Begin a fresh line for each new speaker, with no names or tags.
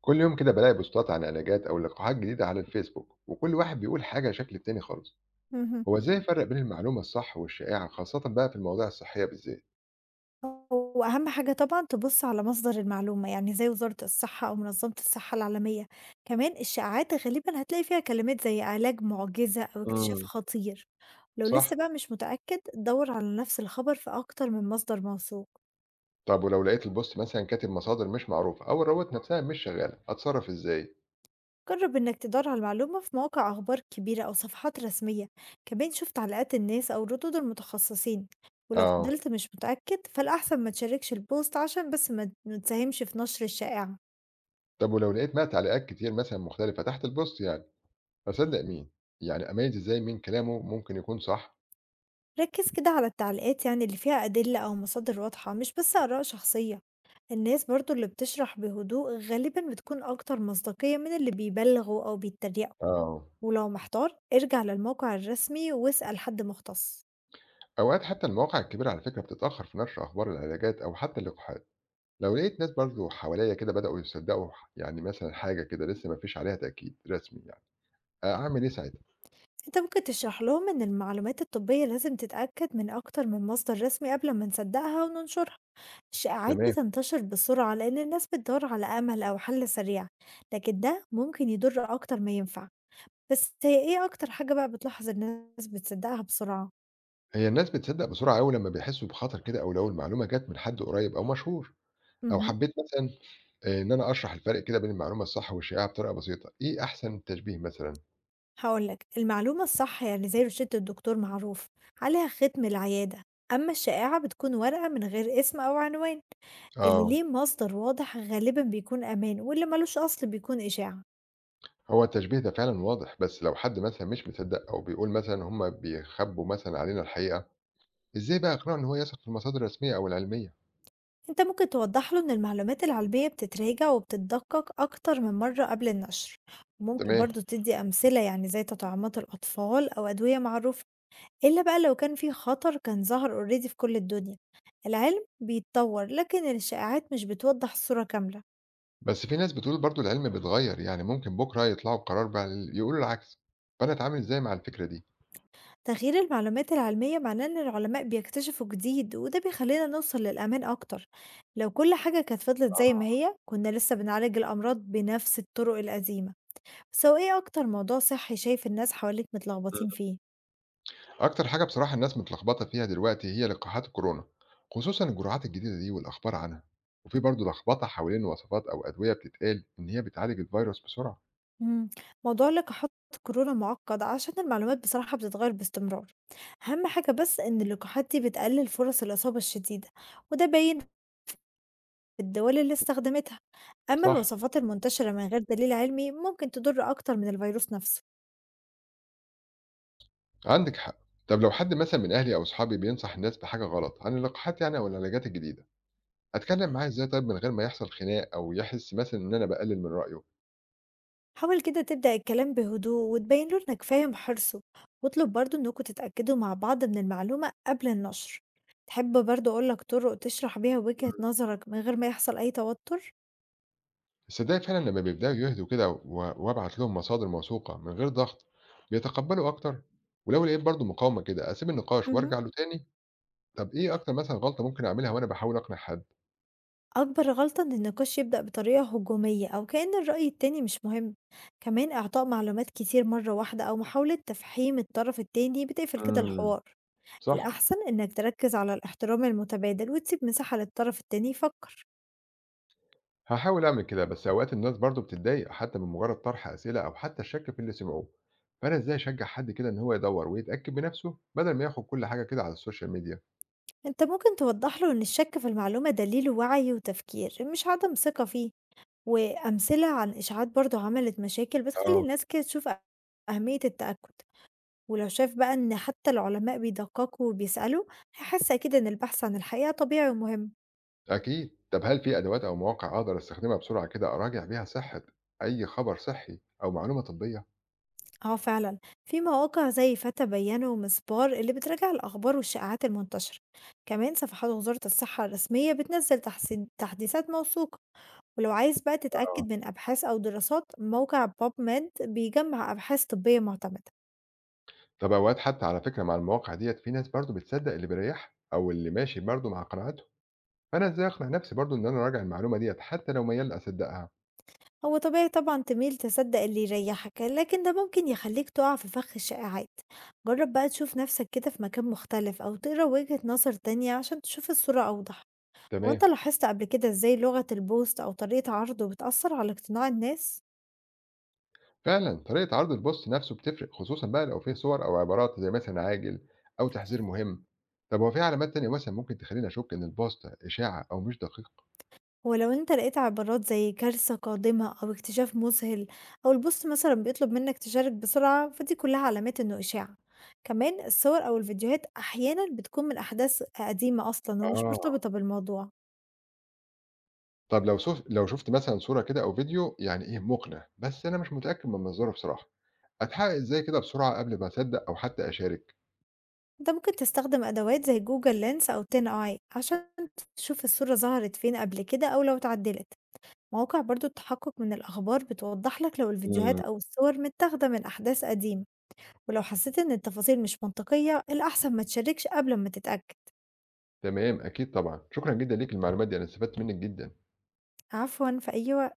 كل يوم كده بلاقي بوستات عن علاجات أو لقاحات جديدة على الفيسبوك، وكل واحد بيقول حاجة شكل التاني خالص.
اهم.
هو إزاي أفرق بين المعلومة الصح والشائعة، خاصة بقى في المواضيع الصحية بالذات؟
هو أهم حاجة طبعًا تبُص على مصدر المعلومة، يعني زي وزارة الصحة أو منظمة الصحة العالمية، كمان الشائعات غالبًا هتلاقي فيها كلمات زي علاج معجزة أو اكتشاف
امم
خطير، لو لسه
صح؟
بقى مش متأكد دَوّر على نفس الخبر في أكتر من مصدر موثوق،
طب ولو لقيت البوست مثلا كاتب مصادر مش معروفة أو الروابط نفسها مش شغالة، أتصرف إزاي؟
جرّب إنك تدوّر على المعلومة في مواقع أخبار كبيرة أو صفحات رسمية، كمان شوف تعليقات الناس أو ردود المتخصصين، ولو
آه.
فضلت مش متأكد فالأحسن ما تشاركش الpost عشان بس ما تساهمش في نشر الشائعة.
طب ولو لقيت بقى تعليقات كتير مثلا مختلفة تحت البوست، يعني أصدق مين؟ يعني أميز إزاي مين كلامه ممكن يكون صح؟
ركز كده على التعليقات يعني اللي فيها أدلة أو مصادر واضحة مش بس آراء شخصية. الناس برضو اللي بتشرح بهدوء غالبا بتكون أكتر مصداقية من اللي بيبلغوا أو بيتريقوا.
آه.
ولو محتار ارجع للموقع الرسمي واسأل حد مختص.
أوقات حتى المواقع الكبيرة على فكرة بتتأخر في نشر أخبار العلاجات أو حتى اللقاحات. لو لقيت ناس برضه حواليّا كده بدأوا يصدّقوا يعني مثلًا حاجة كده لسه ما فيش عليها تأكيد رسمي يعني، أعمل إيه ساعتها؟
انت ممكن تشرح لهم ان المعلومات الطبية لازم تتأكد من أكتر من مصدر رسمي قبل ما نصدقها وننشرها. الشائعات
تمام.
بتنتشر بسرعة لأن الناس بتدور على أمل أو حل سريع، لكن ده ممكن يضر أكتر ما ينفع. بس هي إيه أكتر حاجة بقى بتلاحظ الناس بتصدّقها بسرعة؟
هي الناس بتصدّق بسرعة أوي لمّا بيحسّوا بخطر كده، أو لو المعلومة جات من حد قريّب أو مشهور، أو
اهم.
حبّيت مثلًا إن أنا أشرح الفرق كده بين المعلومة الصح والشائعة بطريقة بسيطة، إيه أحسن تشبيه مثلًا؟
هاقول لك، المعلومة الصح يعني زي روشتة الدكتور معروف، عليها ختم العيادة، أمّا الشائعة بتكون ورقة من غير اسم أو عنوان، اللي
آه.
ليه مصدر واضح غالبًا بيكون أمان واللي مالوش أصل بيكون إشاعة.
هو التشبيه ده فعلًا واضح، بس لو حد مثلًا مش مصدّق أو بيقول مثلًا هُم بيخبّوا مثلًا علينا الحقيقة، إزاي بقى أقنعه إن هو يثق في المصادر الرسمية أو العلمية؟
أنت ممكن توضّح له إن المعلومات العلمية بتتراجع وبتتدقق أكتر من مرّة قبل النشر، وممكن
تمام.
برضه تدّي أمثلة يعني زي تطعيمات الأطفال أو أدوية معروفة. إلا بقى لو كان في خطر كان ظهر already في كل الدنيا. العلم بيتطور لكن الشائعات مش بتوضح الصورة كاملة.
بس في ناس بتقول برضو العلم بيتغير، يعني ممكن بُكرة يطلعوا بقرار بقى ال يقولوا العكس، فأنا أتعامل إزاي مع الفكرة دي؟
تغيير المعلومات العلمية معناه إن العلماء بيكتشفوا جديد وده بيخلينا نوصل للأمان أكتر. لو كل حاجة كانت فضلت زي ما
آه.
هي كنا لسه بنعالج الأمراض بنفس الطرق القديمة. بس هو إيه أكتر موضوع صحي شايف الناس حواليك متلخبطين
إمم.
فيه؟
أكتر حاجة بصراحة الناس متلخبطة فيها دلوقتي هي لقاحات الكورونا، خصوصًا الجرعات الجديدة دي والأخبار عنها، وفي برضو لخبطة حوالين وصفات أو أدوية بتتقال إن هي بتعالج الفيروس بسرعة.
إمم، موضوع لقاحات كورونا معقد عشان المعلومات بصراحة بتتغير باستمرار، أهم حاجة بس إن اللقاحات دي بتقلل فرص الإصابة الشديدة، وده باين في الدول اللي استخدمتها، أما
صح.
الوصفات المنتشرة من غير دليل علمي ممكن تضر أكتر من الفيروس نفسه.
عندِك حق. طب لو حد مثلًا من أهلي أو أصحابي بينصح الناس بحاجة غلط عن اللقاحات يعني أو العلاجات الجديدة، أتكلم معاه إزاي طيب من غير ما يحصل خناق أو يحس مثلًا إن أنا باقلل من رأيه؟
حاول كده تبدأ الكلام بهدوء وتبين له إنك فاهم حرصه، واطلب برضه إنكم تتأكدوا مع بعض من المعلومة قبل النشر. تحب برضه أقول لك طرق تشرح بيها وجهة نظرك من غير ما يحصل أي توتر؟
الصدايق فعلا لما بيبدأوا يهدوا كده وابعت لهم مصادر موثوقة من غير ضغط بيتقبلوا أكتر. ولو لقيت برضو مقاومة كده أسيب النقاش
اهم.
وأرجع له تاني. طب إيه أكتر مثلا غلطة ممكن أعملها وأنا بحاول أقنع حد؟
أكبر غلطة إن النقاش يبدأ بطريقة هجومية أو كأن الرأي التاني مش مهم. كمان إعطاء معلومات كتير مرة واحدة أو محاولة تفحيم الطرف التاني بتقفل كده
امم
الحوار.
صح.
الأحسن إنك تركز على الاحترام المتبادل وتسيب مساحة للطرف التاني يفكر.
هحاول أعمل كده، بس أوقات الناس برضو بتتضايق حتى من مجرد طرح أسئلة أو حتى الشك في اللي سمعوه، فأنا إزاي أشجع حد كده إن هو يدور ويتأكد بنفسه بدل ما ياخد كل حاجة كده على السوشيال ميديا؟
أنت ممكن توضح له إن الشك في المعلومة دليل وعي وتفكير مش عدم ثقة فيه، وأمثلة عن إشاعات برضو عملت مشاكل بتخلي الناس كده تشوف أهمية التأكد. ولو شاف بقى إن حتى العلماء بيدققوا وبيسألوا هيحس أكيد إن البحث عن الحقيقة طبيعي ومهم.
أكيد. طب هل في أدوات أو مواقع أقدر أستخدمها بسرعة كده أراجع بيها صحة أي خبر صحي أو معلومة طبية؟
اه فعلا، في مواقع زي فتى بيانة ومسبار اللي بتراجع الأخبار والشائعات المنتشرة. كمان صفحات وزارة الصحة الرسمية بتنزل تحسين تحديثات موثوقة. ولو عايز بقى
آه.
تتأكد من أبحاث أو دراسات موقع باب ميد بيجمع أبحاث طبية معتمدة.
طب أوقات حتى على فكرة مع المواقع ديّة في ناس برضه بتصدق اللي بيريحها أو اللي ماشي برضه مع قناعاتهم، فأنا إزاي أقنع نفسي برضه إن أنا أراجع المعلومة ديّة حتى لو ميال أصدقها؟
هو طبيعي طبعًا تميل تصدّق اللي يريحك، لكن ده ممكن يخلّيك تُقع في فخ الشائعات، جرّب بقى تشوف نَفْسك كده في مكان مختلف أو تقرا وجهة نظر تانية عشان تشوف الصورة أوضح. هو
تمام.
أنت لاحظت قبل كده إزاي لغة الpost أو طريقة عرضه بتأثّر على اقتناع الناس؟
فعلًا طريقة عرض البوست نفسه بتفرق، خصوصًا بقى لو فيه صور أو عبارات زي مثلًا عاجل أو تحذير مهم. طب هو في علامات تانية مثلًا ممكن تخليني أشك إن البوست إشاعة أو مش دقيق؟
ولو أنت لقيت عبارات زي كارثة قادمة أو اكتشاف مذهل أو الpost مثلًا بيطلب منّك تشارك بسرعة، فدي كُلّها علامات إنه إشاعة، كمان الصور أو الفيديوهات أحيانًا بتكون من أحداث قديمة أصلًا ومش
آه.
مرتبطة بالموضوع.
طب لو سوف لو شُفت مثلًا صورة كده أو فيديو يعني إيه مُقنع، بس أنا مش متأكد من مصدره بصراحة، أتحقق إزاي كده بسرعة قبل ما أصدّق أو حتى أشارك؟
أنت ممكن تستخدم أدوات زي جوجل لينس أو تين آي عشان تشوف الصورة ظهرت فين قبل كده أو لو اتعدلت. مواقع برضو التحقق من الأخبار بتوضح لك لو الفيديوهات
إمم.
أو الصور متاخدة من أحداث قديمة. ولو حسيت إن التفاصيل مش منطقية الأحسن ما تشاركش قبل ما تتأكد.
تمام، أكيد طبعًا، شكرًا جدًا ليك المعلومات دي، أنا استفدت منِّك جدًا.
عفوا، في أي وقت.